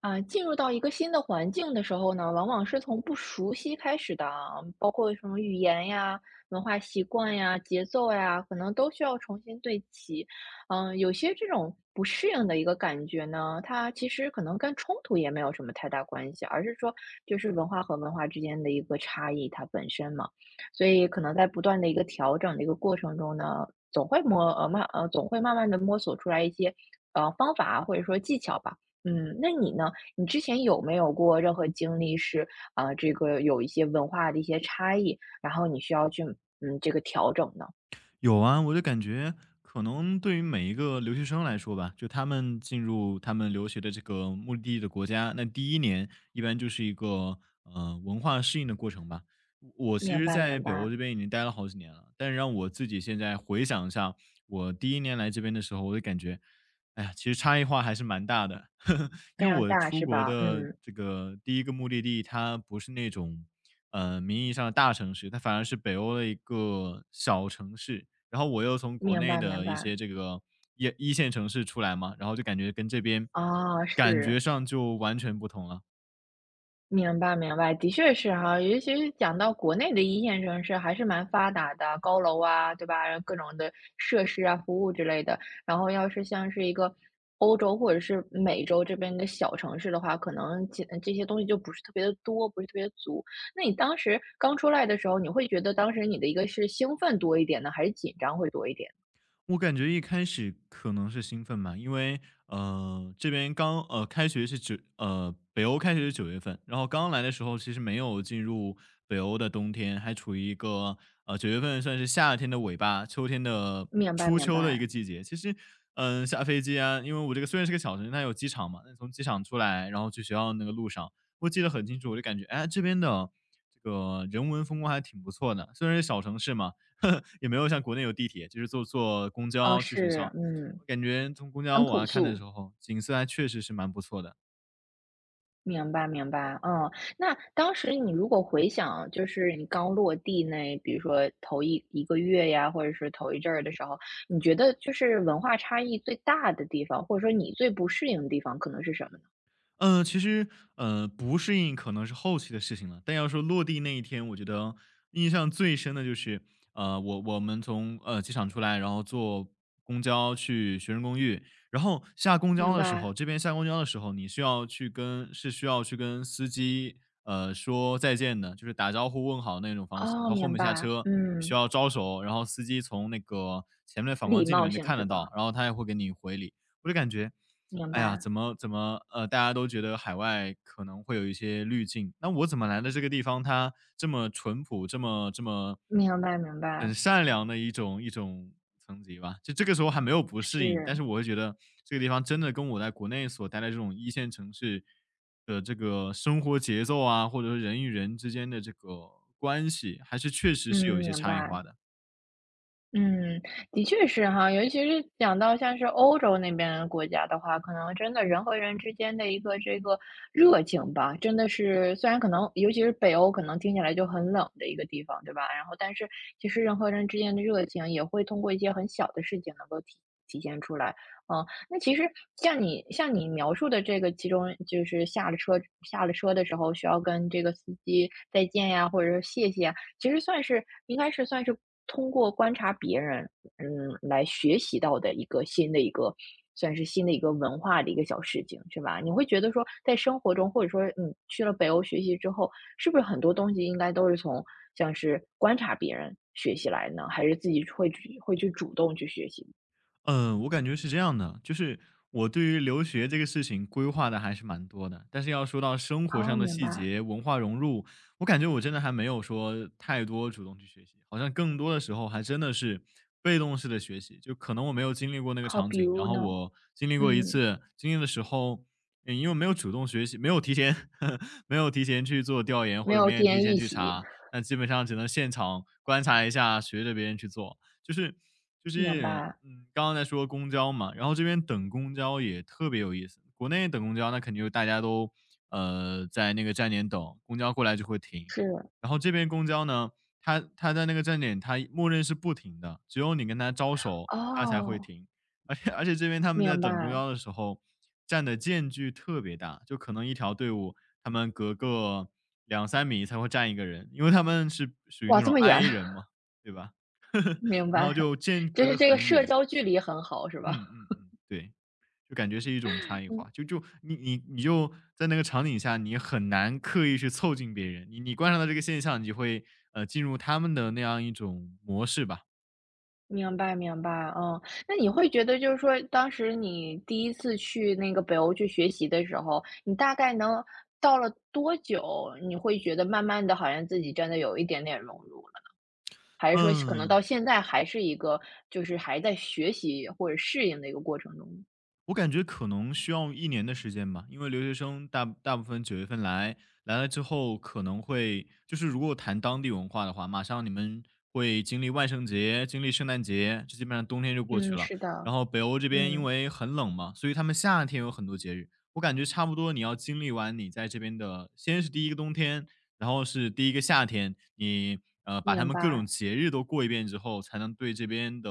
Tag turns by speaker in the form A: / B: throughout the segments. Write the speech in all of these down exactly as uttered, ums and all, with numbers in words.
A: 啊，进入到一个新的环境的时候呢，往往是从不熟悉开始的啊，包括什么语言呀、文化习惯呀、节奏呀，可能都需要重新对齐。嗯，有些这种不适应的一个感觉呢，它其实可能跟冲突也没有什么太大关系，而是说就是文化和文化之间的一个差异，它本身嘛。所以可能在不断的一个调整的一个过程中呢，总会摸呃慢呃总会慢慢的摸索出来一些呃方法啊或者说技巧吧。嗯，那你呢？你之前有没有过任何经历是，啊，呃这个有一些文化的一些差异，然后你需要去，嗯，这个调整呢？
B: 有啊，我就感觉可能对于每一个留学生来说吧，就他们进入他们留学的这个目的地的国家，那第一年一般就是一个呃文化适应的过程吧。我其
A: 明
B: 实，
A: 白
B: 在
A: 明
B: 北
A: 白，
B: 欧这边已经待了好几年了，但是让我自己现在回想一下，我第一年来这边的时候，我就感觉，哎呀，其实差异化还是蛮大的。
A: 非
B: 因为
A: 常
B: 我
A: 大
B: 出
A: 是
B: 国
A: 吧？
B: 的
A: 嗯，
B: 这个第一个目的地，它不是那种呃名义上的大城市，它反而是北欧的一个小城市，然后我又从国
A: 明
B: 内
A: 白明
B: 的一
A: 白，
B: 些这个一一线城市出来嘛，然后就感觉跟这边
A: 啊，
B: 感觉
A: 是。
B: 上就完全不同了。
A: 明白明白，的确是哈，尤其是讲到国内的一线城市还是蛮发达的，高楼啊，对吧？各种的设施啊、服务之类的。然后要是像是一个欧洲或者是美洲这边的小城市的话，可能这这些东西就不是特别的多，不是特别足。那你当时刚出来的时候，你会觉得当时你的一个是兴奋多一点呢，还是紧张会多一点？
B: 我感觉一开始可能是兴奋吧，因为呃这边刚呃开学是九呃北欧开学是九月份，然后刚来的时候其实没有进入北欧的冬天，还处于一个呃九月份算是夏天的尾巴，秋天的
A: 明白
B: 初
A: 明
B: 秋的一
A: 白，
B: 个季节。其实嗯、呃下飞机啊，因为我这个虽然是个小城市，它有机场嘛，那从机场出来，然后去学校的那个路上，我记得很清楚，我就感觉哎这边的这个人文风光还挺不错的，虽然是小城市嘛。也没有像国内有地铁，就是坐坐公
A: 啊，
B: 交去学
A: 是，
B: 校。
A: 嗯，
B: 我感觉从公交
A: 很
B: 往
A: 朴
B: 下看的
A: 素。
B: 时候，景色还确实是蛮不错的。
A: 明白明白，嗯，那当时你如果回想，就是你刚落地那，比如说头一一个月呀，或者是头一阵儿的时候，你觉得就是文化差异最大的地方，或者说你最不适应的地方，可能是什么呢？
B: 呃，其实，呃，不适应可能是后期的事情了，但要说落地那一天，我觉得印象最深的就是，呃，我我们从呃机场出来，然后坐公交去学生公寓，然后下公
A: 明
B: 交的时
A: 白，
B: 候，这边下公交的时候，你需要去跟是需要去跟司机呃说再见的，就是打招呼问好那种方式。你
A: 哦，
B: 从后
A: 明
B: 面下
A: 白，
B: 车，你需
A: 嗯，
B: 要招手，然后司机从那个前面的反
A: 礼
B: 光镜里
A: 貌
B: 面就
A: 性
B: 看
A: 是
B: 得到，
A: 吧？
B: 然后他也会给你回礼。我就感觉。
A: 明
B: 哎呀，
A: 白，
B: 怎么怎么，呃，大家都觉得海外可能会有一些滤镜，那我怎么来的这个地方，它这么淳朴，这么这么
A: 明白，明白，
B: 很善良的一种一种层级吧。就这个时候还没有不适应，但
A: 是，
B: 是我会觉得这个地方真的跟我在国内所待的这种一线城市的这个生活节奏啊，或者说人与人之间的这个关系，还是确实是有
A: 嗯，
B: 一些
A: 明
B: 差异
A: 白。
B: 化的。
A: 嗯，的确是哈，尤其是讲到像是欧洲那边的国家的话，可能真的人和人之间的一个这个热情吧，真的是虽然可能尤其是北欧，可能听起来就很冷的一个地方，对吧？然后，但是其实人和人之间的热情也会通过一些很小的事情能够体体现出来。嗯，那其实像你像你描述的这个，其中就是下了车下了车的时候需要跟这个司机再见呀，或者是谢谢啊其实算是应该是算是通过观察别人，嗯，来学习到的一个新的一个算是新的一个文化的一个小事情，是吧？你会觉得说，在生活中，或者说，嗯，去了北欧学习之后，是不是很多东西应该都是从像是观察别人学习来呢？还是自己会去会去主动去学习？
B: 嗯，我感觉是这样的，就是我对于留学这个事情规划的还是蛮多的，但是要说到生活
A: 哦，
B: 上的
A: 明
B: 细
A: 白。
B: 节、文化融入，我感觉我真的还没有说太多主动去学习，好像更多的时候还真的是被动式的学习，就可能我没有经历过那个
A: 好，
B: 场
A: 比
B: 景，然
A: 如
B: 后
A: 呢？
B: 我经历过一
A: 嗯，
B: 次，经历的时候，嗯，因为没有主动学习，没有提前 没有提前去做调研，
A: 没
B: 或者
A: 有
B: 没有
A: 一
B: 提
A: 人一
B: 前去
A: 席，
B: 查，那基本上只能现场观察一下，学着别人去做。就是就
A: 明
B: 是
A: 白，
B: 嗯，刚刚在说公交嘛，然后这边等公交也特别有意思。国内等公交那肯定就大家都呃在那个站点等，公交过来就会停。
A: 是，
B: 然后这边公交呢，它它在那个站点它默认是不停的，只有你跟它招手，它才会
A: 哦，
B: 停。而且而且这边他们在
A: 明
B: 等公
A: 白，
B: 交的时候，站的间距特别大，就可能一条队伍他们隔个两三米才会站一个人，因为他们是属于
A: 哇，
B: 那
A: 这
B: 种
A: 么远。
B: I 人嘛，对吧？
A: 明
B: 然后
A: 白，
B: 就间
A: 就
B: 隔
A: 是
B: 得
A: 这个
B: 很
A: 社
B: 远。
A: 交距离很好是吧？
B: 嗯嗯嗯，对，就感觉是一种差异
A: 嗯，
B: 化，就就你你你就在那个场景下，你很难刻意去凑近别人，你你观察到这个现象，你就会，呃，进入他们的那样一种模式吧。
A: 明白明白，嗯。那你会觉得就是说当时你第一次去那个北欧去学习的时候，你大概能到了多久，你会觉得慢慢的好像自己真的有一点点融入了？还是说可能
B: 嗯。
A: 到现在还是一个就是还在学习或者适应的一个过程中？
B: 我感觉可能需要一年的时间吧，因为留学生大大部分九月份来，来了之后可能会就是如果谈当地文化的话，马上你们会经历万圣节、经历圣诞节，这基本上冬天就过
A: 嗯，
B: 去了。
A: 是的，
B: 然后北欧这边因
A: 嗯，
B: 为很冷嘛，所以他们夏天有很多节日。我感觉差不多你要经历完你在这边的，先是第一个冬天，然后是第一个夏天，你呃把他
A: 明
B: 们各种
A: 白。
B: 节日都过一遍之后，才能对这边的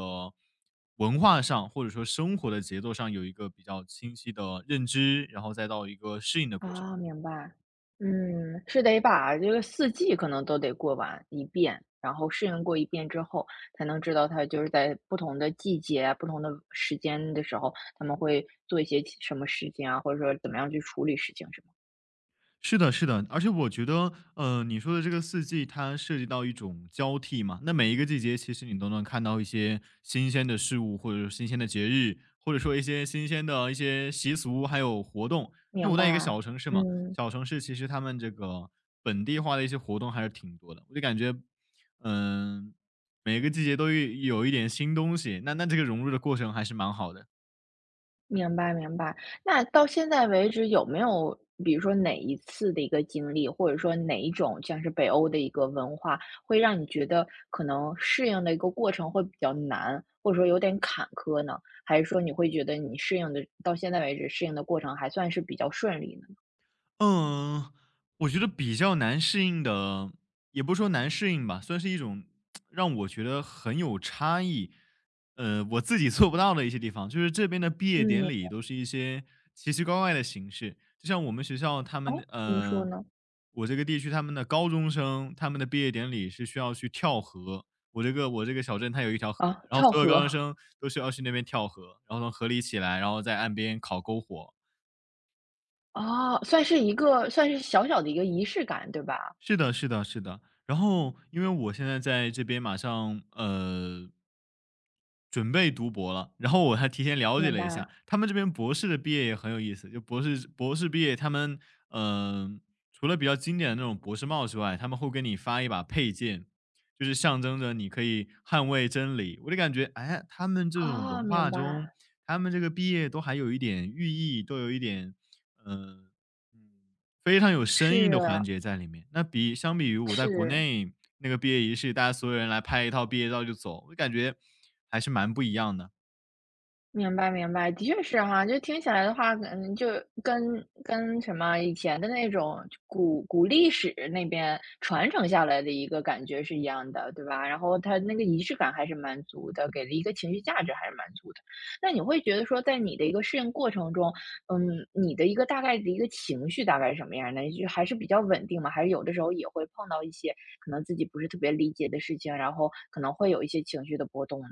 B: 文化上或者说生活的节奏上有一个比较清晰的认知，然后再到一个适应的过程。
A: 啊，明白。嗯，是得把这个四季可能都得过完一遍，然后适应过一遍之后，才能知道它就是在不同的季节啊不同的时间的时候，他们会做一些其什么事情啊，或者说怎么样去处理事情，是吗？
B: 是的，是的，而且我觉得，呃，你说的这个四季，它涉及到一种交替嘛。那每一个季节，其实你都能看到一些新鲜的事物，或者说新鲜的节日，或者说一些新鲜的一些习俗，还有活动。因为
A: 明
B: 我在一个
A: 白，
B: 小城市嘛，
A: 嗯。
B: 小城市其实他们这个本地化的一些活动还是挺多的。我就感觉，嗯、每个季节都有有一点新东西，那那这个融入的过程还是蛮好的。
A: 明白明白。那到现在为止有没有比如说哪一次的一个经历，或者说哪一种像是北欧的一个文化，会让你觉得可能适应的一个过程会比较难，或者说有点坎坷呢？还是说你会觉得你适应的到现在为止适应的过程还算是比较顺利呢？
B: 嗯，我觉得比较难适应的，也不是说难适应吧，算是一种让我觉得很有差异，呃，我自己做不到的一些地方，就是这边的毕业典
A: 嗯，
B: 礼都是一些奇奇怪怪的形式，就像我们学校他们，
A: 哦，怎么说
B: 呃，
A: 呢？
B: 我这个地区他们的高中生他们的毕业典礼是需要去跳河，我这个我这个小镇它有一条河，
A: 啊，
B: 然后
A: 跳
B: 所有高中
A: 河。
B: 生都需要去那边跳河，然后从河里起来，然后在岸边烤篝火，
A: 啊，算是一个算是小小的一个仪式感，对吧？
B: 是的，是的，是的。然后，因为我现在在这边马上呃准备读博了，然后我还提前了解
A: 明
B: 了一
A: 白。
B: 下，他们这边博士的毕业也很有意思。就博士博士毕业，他们嗯，除了比较经典的那种博士帽之外，他们会给你发一把佩剑，就是象征着你可以捍卫真理。我就感觉，哎，他们这种
A: 哦，
B: 文
A: 明
B: 化中，
A: 白，
B: 他们这个毕业都还有一点寓意，都有一点嗯，嗯非常有深意的
A: 是，
B: 环节在里面。那比相比于我在国
A: 是。
B: 内那个毕业仪式，大家所有人来拍一套毕业照就走，我感觉还是蛮不一样的。
A: 明白明白，的确是哈，就听起来的话，可能就跟跟什么以前的那种古古历史那边传承下来的一个感觉是一样的，对吧？然后它那个仪式感还是蛮足的，给了一个情绪价值还是蛮足的。那你会觉得说，在你的一个适应过程中，嗯，你的一个大概的一个情绪大概是什么样的？就还是比较稳定嘛？还是有的时候也会碰到一些可能自己不是特别理解的事情，然后可能会有一些情绪的波动呢？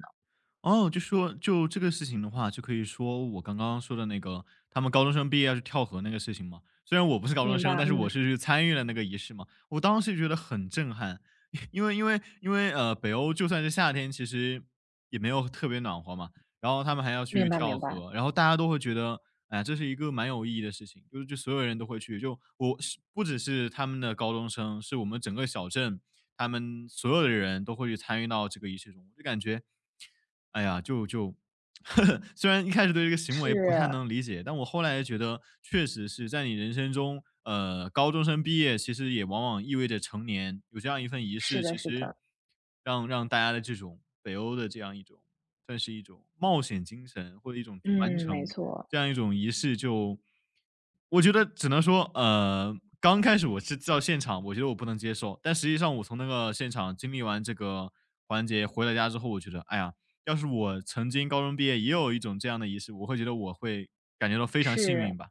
B: 哦，就说就这个事情的话，就可以说我刚刚说的那个，他们高中生毕业要去跳河那个事情嘛。虽然我不是高中
A: 明
B: 生，
A: 白，
B: 但是我
A: 嗯，
B: 是去参与了那个仪式嘛。我当时觉得很震撼，因为因为因为呃，北欧就算是夏天，其实也没有特别暖和嘛。然后他们还要
A: 明
B: 去
A: 白
B: 跳
A: 明白。
B: 河，然后大家都会觉得，哎呀这是一个蛮有意义的事情，就是就所有人都会去，就我是不只是他们的高中生，是我们整个小镇，他们所有的人都会去参与到这个仪式中，我就感觉，哎呀，就就 虽然一开始对这个行为不太
A: 是，
B: 能理解，但我后来也觉得，确实是在你人生中，呃，高中生毕业其实也往往意味着成年，有这样一份仪
A: 是
B: 式，
A: 的
B: 其
A: 是
B: 实。
A: 的，
B: 让让大家的这种北欧的这样一种算是一种冒险精神，或者一种传
A: 嗯，没
B: 承，
A: 错，
B: 这样一种仪式就我觉得只能说，呃，刚开始我是到现场，我觉得我不能接受，但实际上我从那个现场经历完这个环节回到家之后，我觉得，哎呀，要是我曾经高中毕业也有一种这样的仪式，我会觉得我会感觉到非常幸
A: 是
B: 运吧。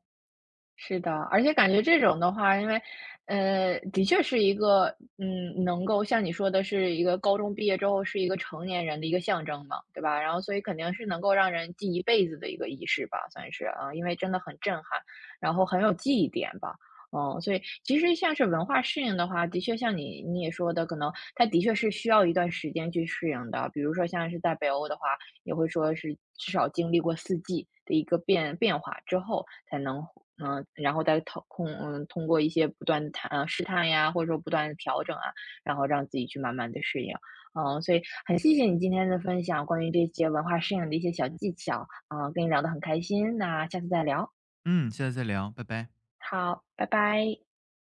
A: 是的，而且感觉这种的话，因为，呃，的确是一个，嗯，能够像你说的是一个高中毕业之后是一个成年人的一个象征嘛，对吧？然后所以肯定是能够让人记一辈子的一个仪式吧，算是啊，因为真的很震撼，然后很有记忆点吧。嗯，所以其实像是文化适应的话，的确像你你也说的，可能它的确是需要一段时间去适应的。比如说像是在北欧的话，也会说是至少经历过四季的一个变变化之后，才能嗯，呃然后再通控嗯，通过一些不断的探呃，试探呀，或者说不断的调整啊，然后让自己去慢慢的适应。嗯，所以很谢谢你今天的分享，关于这些文化适应的一些小技巧，啊，跟你聊得很开心，那下次再聊。
B: 嗯，下次再聊，拜拜。
A: 好，拜拜。